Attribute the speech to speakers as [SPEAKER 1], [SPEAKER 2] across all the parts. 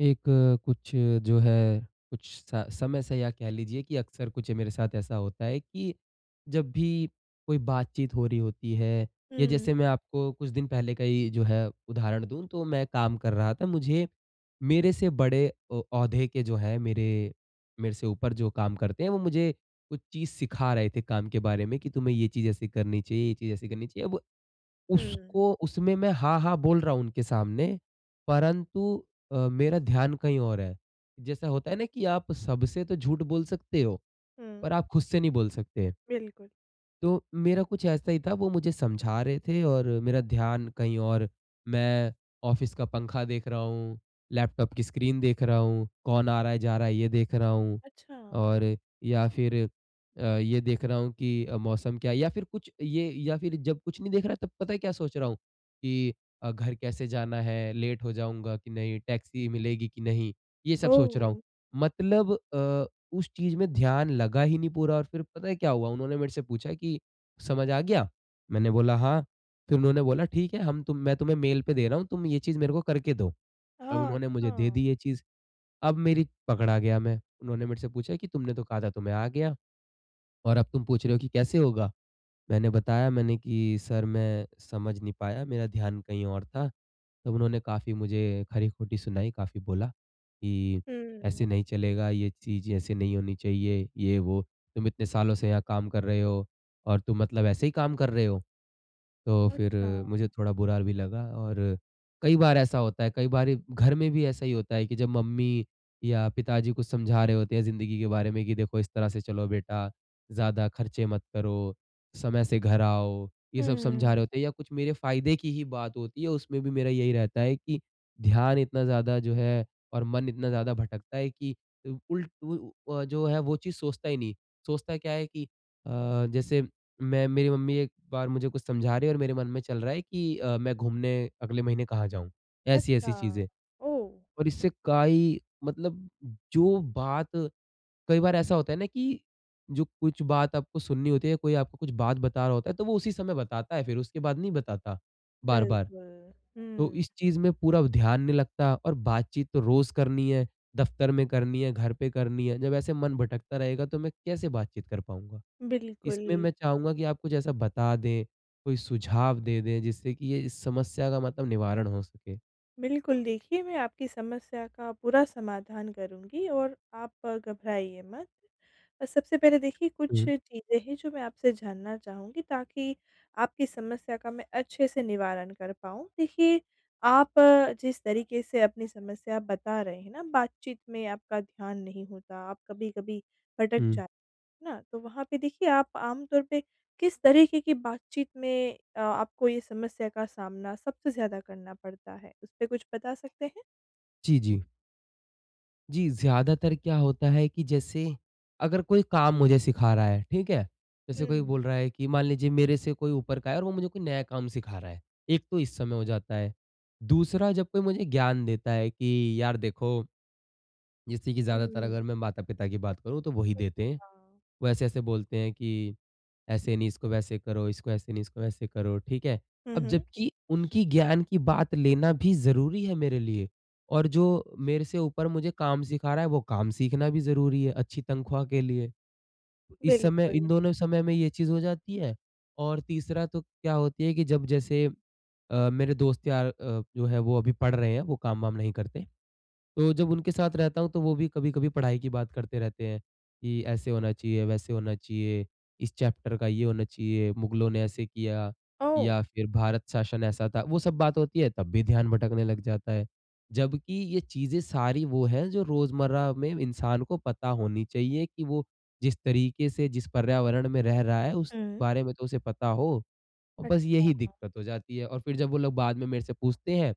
[SPEAKER 1] एक कुछ जो है, कुछ स समय से या कह लीजिए कि अक्सर कुछ मेरे साथ ऐसा होता है कि जब भी कोई बातचीत हो रही होती है या
[SPEAKER 2] हुँ,
[SPEAKER 1] जैसे मैं आपको कुछ दिन पहले का ही जो है उदाहरण दूँ, तो मैं काम कर रहा था। मुझे मेरे से बड़े ओहदे के जो हैं मेरे मेरे से ऊपर जो काम करते हैं, वो मुझे कुछ चीज़ सिखा रहे थे काम के बारे में कि तुम्हें ये चीज़ ऐसे करनी चाहिए, ये चीज़ ऐसे करनी चाहिए। अब
[SPEAKER 2] हुँ,
[SPEAKER 1] उसको उसमें मैं हाँ, हाँ बोल रहा हूँ उनके सामने, परंतु मेरा ध्यान कहीं और है। जैसा होता है ना कि आप सबसे तो झूठ बोल सकते हो,
[SPEAKER 2] हुँ,
[SPEAKER 1] पर आप खुद से नहीं बोल सकते।
[SPEAKER 2] बिल्कुल।
[SPEAKER 1] तो मेरा कुछ ऐसा ही था, वो मुझे समझा रहे थे और मेरा ध्यान कहीं और। मैं ऑफ़िस का पंखा देख रहा हूँ, लैपटॉप की स्क्रीन देख रहा हूँ, कौन आ रहा है, जा रहा है, ये देख रहा हूँ
[SPEAKER 2] अच्छा,
[SPEAKER 1] और या फिर ये देख रहा हूँ कि मौसम क्या है या फिर कुछ ये या फिर जब कुछ नहीं देख रहा तब पता है क्या सोच रहा हूँ कि घर कैसे जाना है, लेट हो जाऊँगा कि नहीं, टैक्सी मिलेगी कि नहीं, ये सब सोच रहा हूँ।
[SPEAKER 2] ओह!
[SPEAKER 1] मतलब उस चीज़ में ध्यान लगा ही नहीं पूरा और फिर पता है क्या हुआ? उन्होंने मेरे से पूछा कि, "समझ आ गया?" मैंने बोला, "हाँ।" फिर उन्होंने बोला, "ठीक है, हम तुम मैं तुम्हें मेल पे दे रहा हूँ, तुम ये चीज़ मेरे को करके दो।" अब
[SPEAKER 2] हाँ,
[SPEAKER 1] उन्होंने मुझे दे
[SPEAKER 2] अच्छा,
[SPEAKER 1] दी ये चीज़, अब मेरी पकड़ा गया मैं। उन्होंने मेरे से पूछा कि, "तुमने तो कहा था तुम्हें आ गया और अब तुम पूछ रहे हो कि कैसे होगा?" मैंने बताया मैंने कि सर मैं समझ नहीं पाया, मेरा ध्यान कहीं और था। तब उन्होंने काफ़ी मुझे खरी-खोटी सुनाई, काफ़ी बोला कि ऐसे
[SPEAKER 2] हुँ,
[SPEAKER 1] नहीं चलेगा, ये चीज़ ऐसे नहीं होनी चाहिए, ये वो। तुम इतने सालों से यहाँ काम कर रहे हो और तुम मतलब ऐसे ही काम कर रहे हो? तो फिर
[SPEAKER 2] अच्छा,
[SPEAKER 1] मुझे थोड़ा बुरा भी लगा और कई बार ऐसा होता है, कई बार घर में भी ऐसा ही होता है कि जब मम्मी या पिताजी कुछ समझा रहे होते हैं ज़िंदगी के बारे में कि देखो इस तरह से चलो बेटा, ज़्यादा खर्चे मत करो, समय से घर आओ, ये सब समझा रहे
[SPEAKER 2] हुँ,
[SPEAKER 1] होते हैं या कुछ मेरे फ़ायदे की ही बात होती है, उसमें भी मेरा यही रहता है कि ध्यान इतना ज़्यादा जो है और मन इतना ज़्यादा भटकता है कि जो है वो चीज़ सोचता ही नहीं। सोचता क्या है कि अ, जैसे मैं मेरी मम्मी एक बार मुझे कुछ समझा रही है और मेरे मन में चल रहा है कि मैं घूमने अगले महीने कहाँ जाऊँ? ऐसी-ऐसी
[SPEAKER 2] अच्छा,
[SPEAKER 1] चीज़ें
[SPEAKER 2] ओह!
[SPEAKER 1] और इससे काई मतलब जो बात कई बार ऐसा होता है ना कि जो कुछ बात आपको सुननी होती है, कोई आपको कुछ बात बता रहा होता है, तो वो उसी समय बताता है फिर, उसके बाद नहीं बताता बार-बार।
[SPEAKER 2] बिल्कुल,
[SPEAKER 1] तो
[SPEAKER 2] हुँ,
[SPEAKER 1] इस चीज़ में पूरा ध्यान नहीं लगता और बातचीत तो रोज़ करनी है, दफ्तर में करनी है, घर पे करनी है। जब ऐसे मन भटकता रहेगा तो मैं कैसे बातचीत कर पाऊँगा?
[SPEAKER 2] बिल्कुल।
[SPEAKER 1] इसमें मैं चाहूँगा कि आप कुछ ऐसा बता दें, कोई सुझाव दे दें जिससे कि ये इस समस्या का मतलब निवारण हो सके?
[SPEAKER 2] बिल्कुल, देखिए मैं आपकी समस्या का पूरा समाधान करूँगी और आप घबराइए मत। सबसे पहले देखिए कुछ
[SPEAKER 1] हुँ,
[SPEAKER 2] चीज़ें हैं जो मैं आपसे जानना चाहूँगी ताकि आपकी समस्या का मैं अच्छे से निवारण कर पाऊँ। देखिए आप जिस तरीके से अपनी समस्या बता रहे हैं ना बातचीत में आपका ध्यान नहीं होता, आप कभी-कभी भटक
[SPEAKER 1] हुँ।
[SPEAKER 2] जा ना, तो वहाँ पे देखिए आप आम तौर पे किस तरीके की बातचीत में आपको ये समस्या का सामना सबसे ज़्यादा करना पड़ता है? उस पे कुछ बता सकते हैं?
[SPEAKER 1] जी, जी। जी, ज़्यादातर क्या होता है कि जैसे अगर कोई काम मुझे सिखा रहा है, ठीक है? जैसे
[SPEAKER 2] हुँ।
[SPEAKER 1] कोई बोल रहा है कि मान लीजिए मेरे से कोई ऊपर का है और वो मुझे कोई नया काम सिखा रहा है। एक तो इस समय हो जाता है। दूसरा जब कोई मुझे ज्ञान देता है कि यार देखो, जैसे कि ज़्यादातर
[SPEAKER 2] हुँ।
[SPEAKER 1] अगर मैं माता-पिता की बात करूँ तो वही देते हैं।
[SPEAKER 2] अच्छा।
[SPEAKER 1] वो ऐसे-ऐसे बोलते हैं कि ऐसे नहीं इसको वैसे करो, इसको ऐसे नहीं इसको वैसे करो, ठीक है?
[SPEAKER 2] हुँ,
[SPEAKER 1] अब
[SPEAKER 2] हुँ।
[SPEAKER 1] जबकि उनकी ज्ञान की बात लेना भी ज़रूरी है मेरे लिए और जो मेरे से ऊपर मुझे काम सिखा रहा है वो काम सीखना भी ज़रूरी है अच्छी तनख्वाह के लिए। इस समय
[SPEAKER 2] बिल्कुल।
[SPEAKER 1] इन दोनों समय में ये चीज़ हो जाती है और तीसरा तो क्या होती है कि जब जैसे मेरे दोस्त यार जो है वो अभी पढ़ रहे हैं, वो काम-वाम नहीं करते। तो जब उनके साथ रहता हूँ तो वो भी कभी-कभी पढ़ाई की बात करते रहते हैं, कि ऐसे होना चाहिए, वैसे होना चाहिए, इस चैप्टर का ये होना चाहिए, मुगलों ने ऐसे किया
[SPEAKER 2] ओह!
[SPEAKER 1] या फिर भारत शासन ऐसा था। वो सब बात होती है तब भी ध्यान भटकने लग जाता है। जबकि ये चीज़ें सारी वो हैं जो रोज़मर्रा में इंसान को पता होनी चाहिए कि वो जिस तरीके से जिस पर्यावरण में रह रहा है उस
[SPEAKER 2] हुँ।
[SPEAKER 1] बारे में तो उसे पता हो। और बस
[SPEAKER 2] अच्छा।
[SPEAKER 1] यही दिक्कत हो जाती है और फिर जब वो लोग बाद में मेरे से पूछते हैं,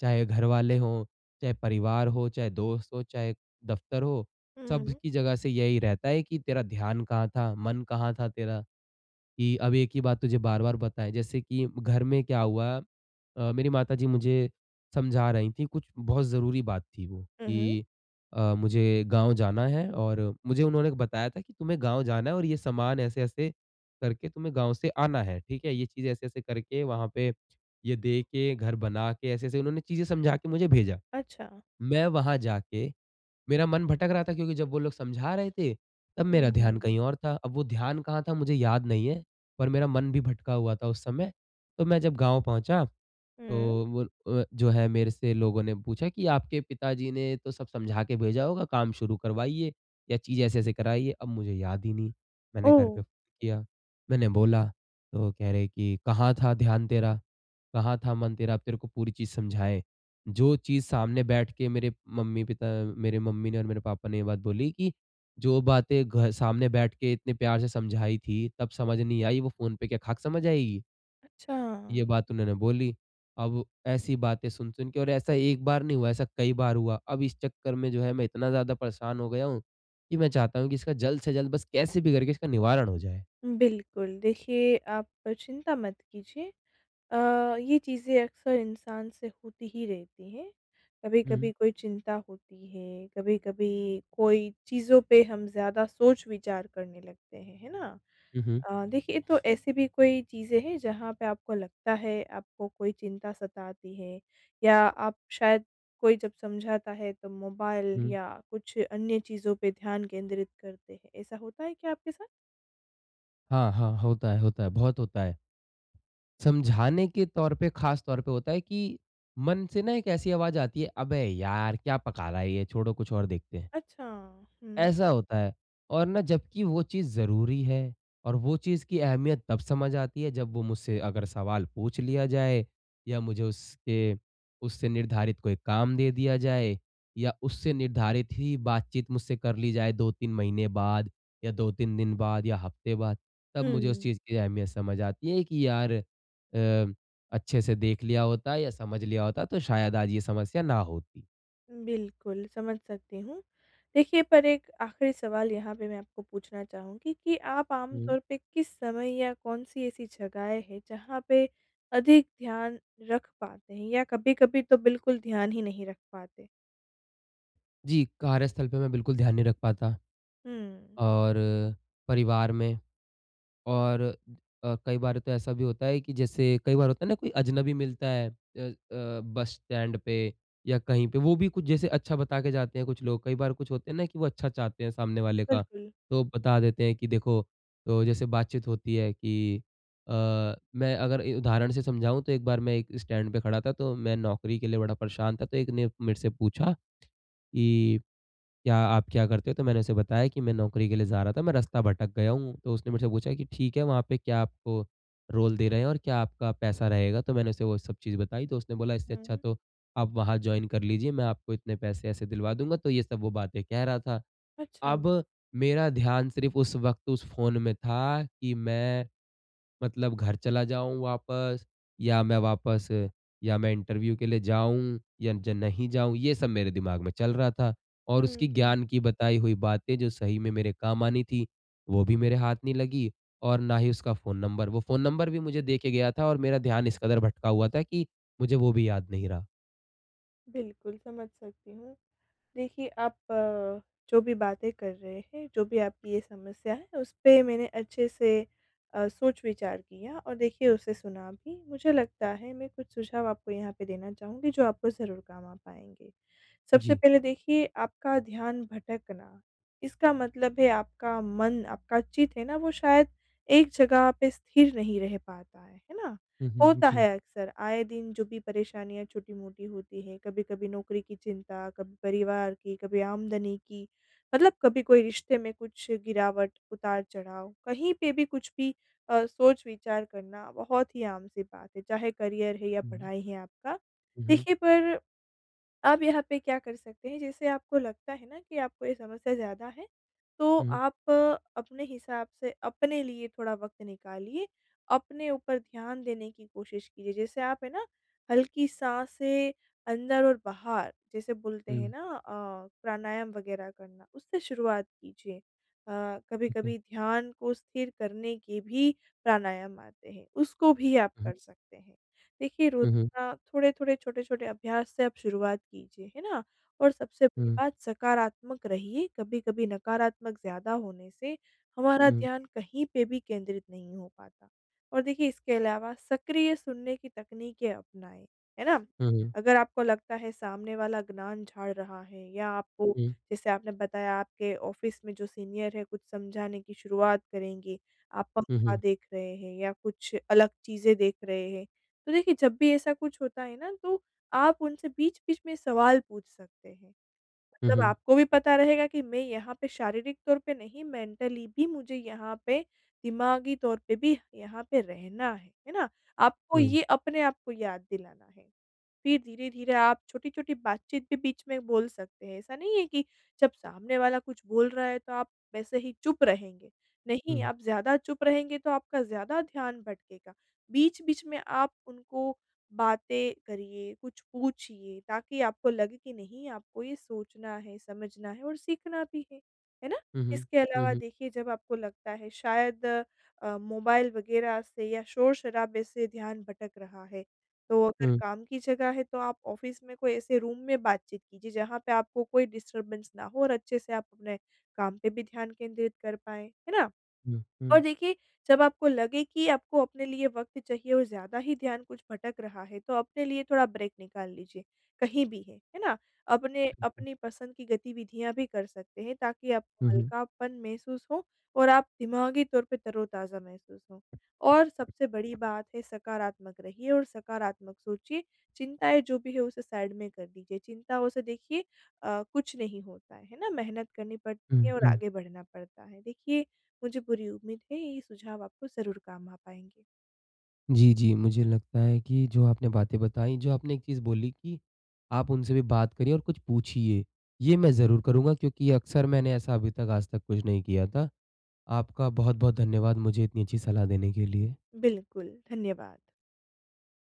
[SPEAKER 1] चाहे घर वाले हों, चाहे परिवार हो, चाहे दोस्त हो, चाहे दफ़्तर हो,
[SPEAKER 2] हुँ।
[SPEAKER 1] सबकी जगह से यही रहता है कि तेरा ध्यान कहाँ था? मन कहाँ था तेरा? कि अब एक ही बात तुझे बार-बार बताएँ। जैसे कि घर में क्या हुआ। मेरी माताजी मुझे समझा रही थीं, कुछ बहुत ज़रूरी बात थी वो
[SPEAKER 2] हुँ, हुँ।
[SPEAKER 1] कि मुझे गाँव जाना है और मुझे उन्होंने बताया था कि तुम्हें गाँव जाना है और ये सामान ऐसे-ऐसे करके तुम्हें गाँव से आना है, ठीक है? ये चीज़ ऐसे-ऐसे करके वहाँ पे ये दे के, घर बना के, ऐसे-ऐसे उन्होंने चीज़ें समझा के मुझे भेजा।
[SPEAKER 2] अच्छा।
[SPEAKER 1] मैं वहाँ जाके मेरा मन भटक रहा था क्योंकि जब वो लोग समझा रहे थे, तब मेरा ध्यान
[SPEAKER 2] हुँ।
[SPEAKER 1] कहीं और था। अब वो ध्यान कहाँ था मुझे याद नहीं है, पर मेरा मन भी भटका हुआ था उस समय। तो मैं जब गाँव पहुँचा
[SPEAKER 2] हुँ।
[SPEAKER 1] तो वो जो है मेरे से लोगों ने पूछा कि आपके पिताजी ने तो सब समझा के भेजा होगा, काम शुरू करवाइए या चीज़ ऐसे-ऐसे कराइए। अब मुझे याद ही नहीं। मैंने
[SPEAKER 2] ओह!
[SPEAKER 1] घर पे फ़ोन किया, मैंने बोला तो कह रहे कि कहाँ था ध्यान तेरा? कहाँ था मन तेरा? अब तेरे को पूरी चीज़ समझाएँ। जो चीज़ सामने बैठ के मम्मी पिता मेरे मम्मी ने और मेरे पापा ने ये बात बोली कि जो बातें घ सामने बैठ के इतने प्यार से समझाई थी, तब समझ नहीं आई, वो फ़ोन पे क्या खाक समझ आएगी?
[SPEAKER 2] अच्छा।
[SPEAKER 1] ये बात उन्होंने बोली। अब ऐसी बातें सुन-सुन के और ऐसा एक बार नहीं हुआ, ऐसा कई बार हुआ। अब इस चक्कर में जो है मैं इतना ज़्यादा परेशान हो गया हूँ, कि मैं चाहता हूँ कि इसका जल्द से जल्द बस कैसे भी करके इसका निवारण हो जाए।
[SPEAKER 2] बिल्कुल, देखिए आप चिंता मत कीजिए। ये चीज़ें अक्सर इंसान से होती ही रहती हैं।
[SPEAKER 1] हुँ,
[SPEAKER 2] कभी-कभी कोई चिंता होती है, कभी-कभी कोई चीज़ों पे हम ज़्यादा सोच-विचार करने लगते हैं, है ना?
[SPEAKER 1] हुँ, हुँ,
[SPEAKER 2] देखिए तो ऐसी भी कोई चीज़ें हैं जहाँ पे आपको लगता है आपको कोई चिंता सताती है या आप शायद कोई जब समझाता है तो मोबाइल
[SPEAKER 1] हुँ।
[SPEAKER 2] या कुछ अन्य चीज़ों पे ध्यान केंद्रित करते हैं, ऐसा होता है क्या आपके साथ?
[SPEAKER 1] हाँ, हाँ, होता है, बहुत होता है। समझाने के तौर पे ख़ास तौर पे होता है कि मन से ना एक ऐसी आवाज़ आती है, "अबे यार! क्या पका रहा है ये? छोड़ो कुछ और देखते हैं।"
[SPEAKER 2] अच्छा। हुँ।
[SPEAKER 1] ऐसा होता है और ना जबकि वो चीज़ ज़रूरी है और वो चीज़ की अहमियत तब समझ आती है जब वो मुझसे अगर सवाल पूछ लिया जाए या मुझे उसके उससे निर्धारित कोई काम दे दिया जाए या उससे निर्धारित ही बातचीत मुझसे कर ली जाए 2-3 महीने बाद या 2-3 दिन बाद या हफ्ते बाद, तब मुझे उस
[SPEAKER 2] हुँ।
[SPEAKER 1] चीज़ की अहमियत समझ आती है कि यार अच्छे से देख लिया होता या समझ लिया होता तो शायद आज ये समस्या ना होती।
[SPEAKER 2] बिल्कुल, समझ सकती हूँ। देखिए, पर एक आखिरी सवाल यहाँ पे मैं आपको पूछना चाहूँगी कि आप आम
[SPEAKER 1] हुँ।
[SPEAKER 2] तौर पे किस समय या कौन-सी ऐसी जगहें हैं, जहाँ पे अधिक ध्यान रख पाते हैं या कभी-कभी तो बिल्कुल ध्यान ही नहीं रख पाते?
[SPEAKER 1] जी, कार्यस्थल पे मैं बिल्कुल ध्यान नहीं रख पाता।
[SPEAKER 2] हुँ,
[SPEAKER 1] और परिवार में और कई बार तो ऐसा भी होता है कि जैसे कई बार होता है ना कोई अजनबी मिलता है बस स्टैंड पे या कहीं पे वो भी कुछ जैसे अच्छा बता के जाते हैं कुछ लोग कई बार कुछ होते हैं ना कि वो अच्छा चाहते हैं सामने वाले का
[SPEAKER 2] बिल्कुल।
[SPEAKER 1] तो बता देते हैं कि देखो तो जैसे बातचीत होती है कि अ, मैं अगर उदाहरण से समझाऊं तो एक बार मैं एक स्टैंड पे खड़ा था तो मैं नौकरी के लिए बड़ा परेशान था तो एक ने मेरे से पूछा कि क्या आप क्या करते हो? तो मैंने उसे बताया कि मैं नौकरी के लिए जा रहा था, मैं रास्ता भटक गया हूँ। तो उसने मुझसे पूछा कि ठीक है, वहाँ पे क्या आपको रोल दे रहे हैं और क्या आपका पैसा रहेगा? तो मैंने उसे वो सब चीज़ बताई, तो उसने बोला इससे अच्छा
[SPEAKER 2] हुँ।
[SPEAKER 1] तो आप वहाँ जॉइन कर लीजिए, मैं आपको इतने पैसे ऐसे दिलवा दूँगा। तो ये सब वो बातें कह रहा था।
[SPEAKER 2] अच्छा।
[SPEAKER 1] अब मेरा ध्यान सिर्फ़ उस वक़्त उस फ़ोन में था कि मैं मतलब घर चला जाऊँ वापस या मैं इंटरव्यू के लिए जाऊँ या ज नहीं जाऊँ, ये सब मेरे दिमाग में चल रहा था। और उसकी
[SPEAKER 2] हुँ, हुँ।
[SPEAKER 1] ज्ञान की बताई हुई बातें जो सही में मेरे काम आनी थी, वो भी मेरे हाथ नहीं लगी और ना ही उसका फ़ोन नंबर। वो फ़ोन नंबर भी मुझे दे के गया था और मेरा ध्यान इस कदर भटका हुआ था कि मुझे वो भी याद नहीं रहा।
[SPEAKER 2] बिल्कुल, समझ सकती हूँ। देखिए, आप जो भी बातें कर रहे हैं, जो भी आपकी ये समस्या है, उस पे मैंने अच्छे से सोच-विचार किया और देखिए उसे सुना भी। मुझे लगता है मैं कुछ सुझाव आपको यहाँ पे देना चाहूँगी, जो आपको ज़रूर काम आ पाएँगे। सबसे
[SPEAKER 1] जी।
[SPEAKER 2] पहले देखिए आपका ध्यान भटकना, इसका मतलब है आपका मन, आपका चित्त है ना वो शायद एक जगह पे स्थिर नहीं रह पाता है ना?
[SPEAKER 1] हुँ, हुँ,
[SPEAKER 2] होता
[SPEAKER 1] जी।
[SPEAKER 2] है अक्सर आए दिन जो भी परेशानियाँ छोटी-मोटी होती हैं, कभी-कभी नौकरी की चिंता, कभी परिवार की, कभी आमदनी की, मतलब कभी कोई रिश्ते में कुछ गिरावट, उतार-चढ़ाव, कहीं पे भी कुछ भी सोच-विचार करना बहुत ही आम सी बात है, चाहे करियर है या
[SPEAKER 1] हुँ,
[SPEAKER 2] पढ़ाई है आपका।
[SPEAKER 1] हुँ,
[SPEAKER 2] देखिए पर आप यहाँ पे क्या कर सकते हैं, जैसे आपको लगता है ना कि आपको ये समस्या ज़्यादा है, तो
[SPEAKER 1] हुँ,
[SPEAKER 2] आप अपने हिसाब से अपने लिए थोड़ा वक़्त निकालिए, अपने ऊपर ध्यान देने की कोशिश कीजिए। जैसे आप है ना, हल्की सांसें अंदर और बाहर जैसे बोलते हैं
[SPEAKER 1] हुँ,
[SPEAKER 2] ना प्राणायाम वग़ैरह करना, उससे शुरुआत कीजिए। अ,
[SPEAKER 1] ठीक है।
[SPEAKER 2] कभी-कभी ध्यान को स्थिर करने के भी प्राणायाम आते हैं, उसको भी आप
[SPEAKER 1] हुँ,
[SPEAKER 2] कर सकते हैं। देखिए, रोज़
[SPEAKER 1] हुँ, हुँ,
[SPEAKER 2] थोड़े-थोड़े, छोटे-छोटे अभ्यास से आप शुरुआत कीजिए, है ना? और सबसे बड़ी
[SPEAKER 1] हुँ,
[SPEAKER 2] बात सकारात्मक रहिए, कभी-कभी नकारात्मक ज़्यादा होने से हमारा
[SPEAKER 1] हुँ,
[SPEAKER 2] ध्यान कहीं पे भी केंद्रित नहीं हो पाता। और देखिए इसके अलावा सक्रिय सुनने की तकनीकें अपनाएँ, है ना?
[SPEAKER 1] हुँ, हुँ,
[SPEAKER 2] अगर आपको लगता है सामने वाला ज्ञान झाड़ रहा है या आपको
[SPEAKER 1] हुँ,
[SPEAKER 2] जैसे आपने बताया आपके ऑफ़िस में जो सीनियर है कुछ समझाने की शुरुआत करेंगे, आप
[SPEAKER 1] हुँ, हुँ,
[SPEAKER 2] पंखा
[SPEAKER 1] हुँ,
[SPEAKER 2] देख रहे हैं या कुछ अलग चीज़ें देख रहे हैं, तो देखिए जब भी ऐसा कुछ होता है ना तो आप उनसे बीच-बीच में सवाल पूछ सकते हैं। मतलब
[SPEAKER 1] हुँ,
[SPEAKER 2] आपको भी पता रहेगा कि मैं यहाँ पे शारीरिक तौर पे नहीं मेंटली भी मुझे यहाँ पे दिमागी तौर पे भी यहाँ पे रहना है ना? आपको
[SPEAKER 1] हुँ,
[SPEAKER 2] ये अपने आप को याद दिलाना है। फिर धीरे-धीरे आप छोटी-छोटी बातचीत भी बीच में बोल सकते हैं। ऐसा नहीं है कि जब सामने वाला कुछ बोल रहा है तो आप वैसे ही चुप रहेंगे। नहीं,
[SPEAKER 1] हुँ,
[SPEAKER 2] आप ज़्यादा चुप रहेंगे तो आपका ज़्यादा ध्यान भटकेगा। बीच-बीच में आप उनको बातें करिए, कुछ पूछिए ताकि आपको लगे कि नहीं आपको ये सोचना है, समझना है और सीखना भी है। है ना?
[SPEAKER 1] हुँ, हुँ,
[SPEAKER 2] इसके अलावा
[SPEAKER 1] हुँ।
[SPEAKER 2] देखिए जब आपको लगता है शायद मोबाइल वग़ैरह से या शोर-शराबे से ध्यान भटक रहा है तो अगर
[SPEAKER 1] हुँ,
[SPEAKER 2] काम की जगह है तो आप ऑफ़िस में कोई ऐसे रूम में बातचीत कीजिए जहाँ पे आपको कोई डिस्टर्बेंस ना हो और अच्छे से आप अपने काम पे भी ध्यान केंद्रित कर पाएँ, है ना?
[SPEAKER 1] हुँ,
[SPEAKER 2] और
[SPEAKER 1] हुँ,
[SPEAKER 2] देखिए, जब आपको लगे कि आपको अपने लिए वक़्त चाहिए और ज़्यादा ही ध्यान कुछ भटक रहा है, तो अपने लिए थोड़ा ब्रेक निकाल लीजिए, कहीं भी है ना? अपने अपनी पसंद की गतिविधियाँ भी कर सकते हैं ताकि आपको
[SPEAKER 1] हुँ, हुँ,
[SPEAKER 2] हल्कापन महसूस हो और आप दिमागी तौर पे तरोताज़ा महसूस हों। और सबसे बड़ी बात है सकारात्मक रहिए और सकारात्मक सोचिए, चिंताएँ जो भी है उसे साइड में कर दीजिए, चिंताओं से देखिए कुछ नहीं होता है ना? मेहनत करनी पड़ती
[SPEAKER 1] हुँ,
[SPEAKER 2] है और
[SPEAKER 1] हुँ।
[SPEAKER 2] आगे बढ़ना पड़ता है। देखिए मुझे पूरी उम्मीद है ये सुझाव आपको ज़रूर काम आ पाएँगे।
[SPEAKER 1] जी, जी, मुझे लगता है कि जो आपने बातें बताई, जो आपने एक चीज़ बोली कि आप उनसे भी बात करिए और कुछ पूछिए। ये मैं ज़रूर करूँगा क्योंकि अक्सर मैंने ऐसा अभी तक आज तक कुछ नहीं किया था। आपका बहुत-बहुत धन्यवाद मुझे इतनी अच्छी सलाह देने के लिए।
[SPEAKER 2] बिल्कुल, धन्यवाद।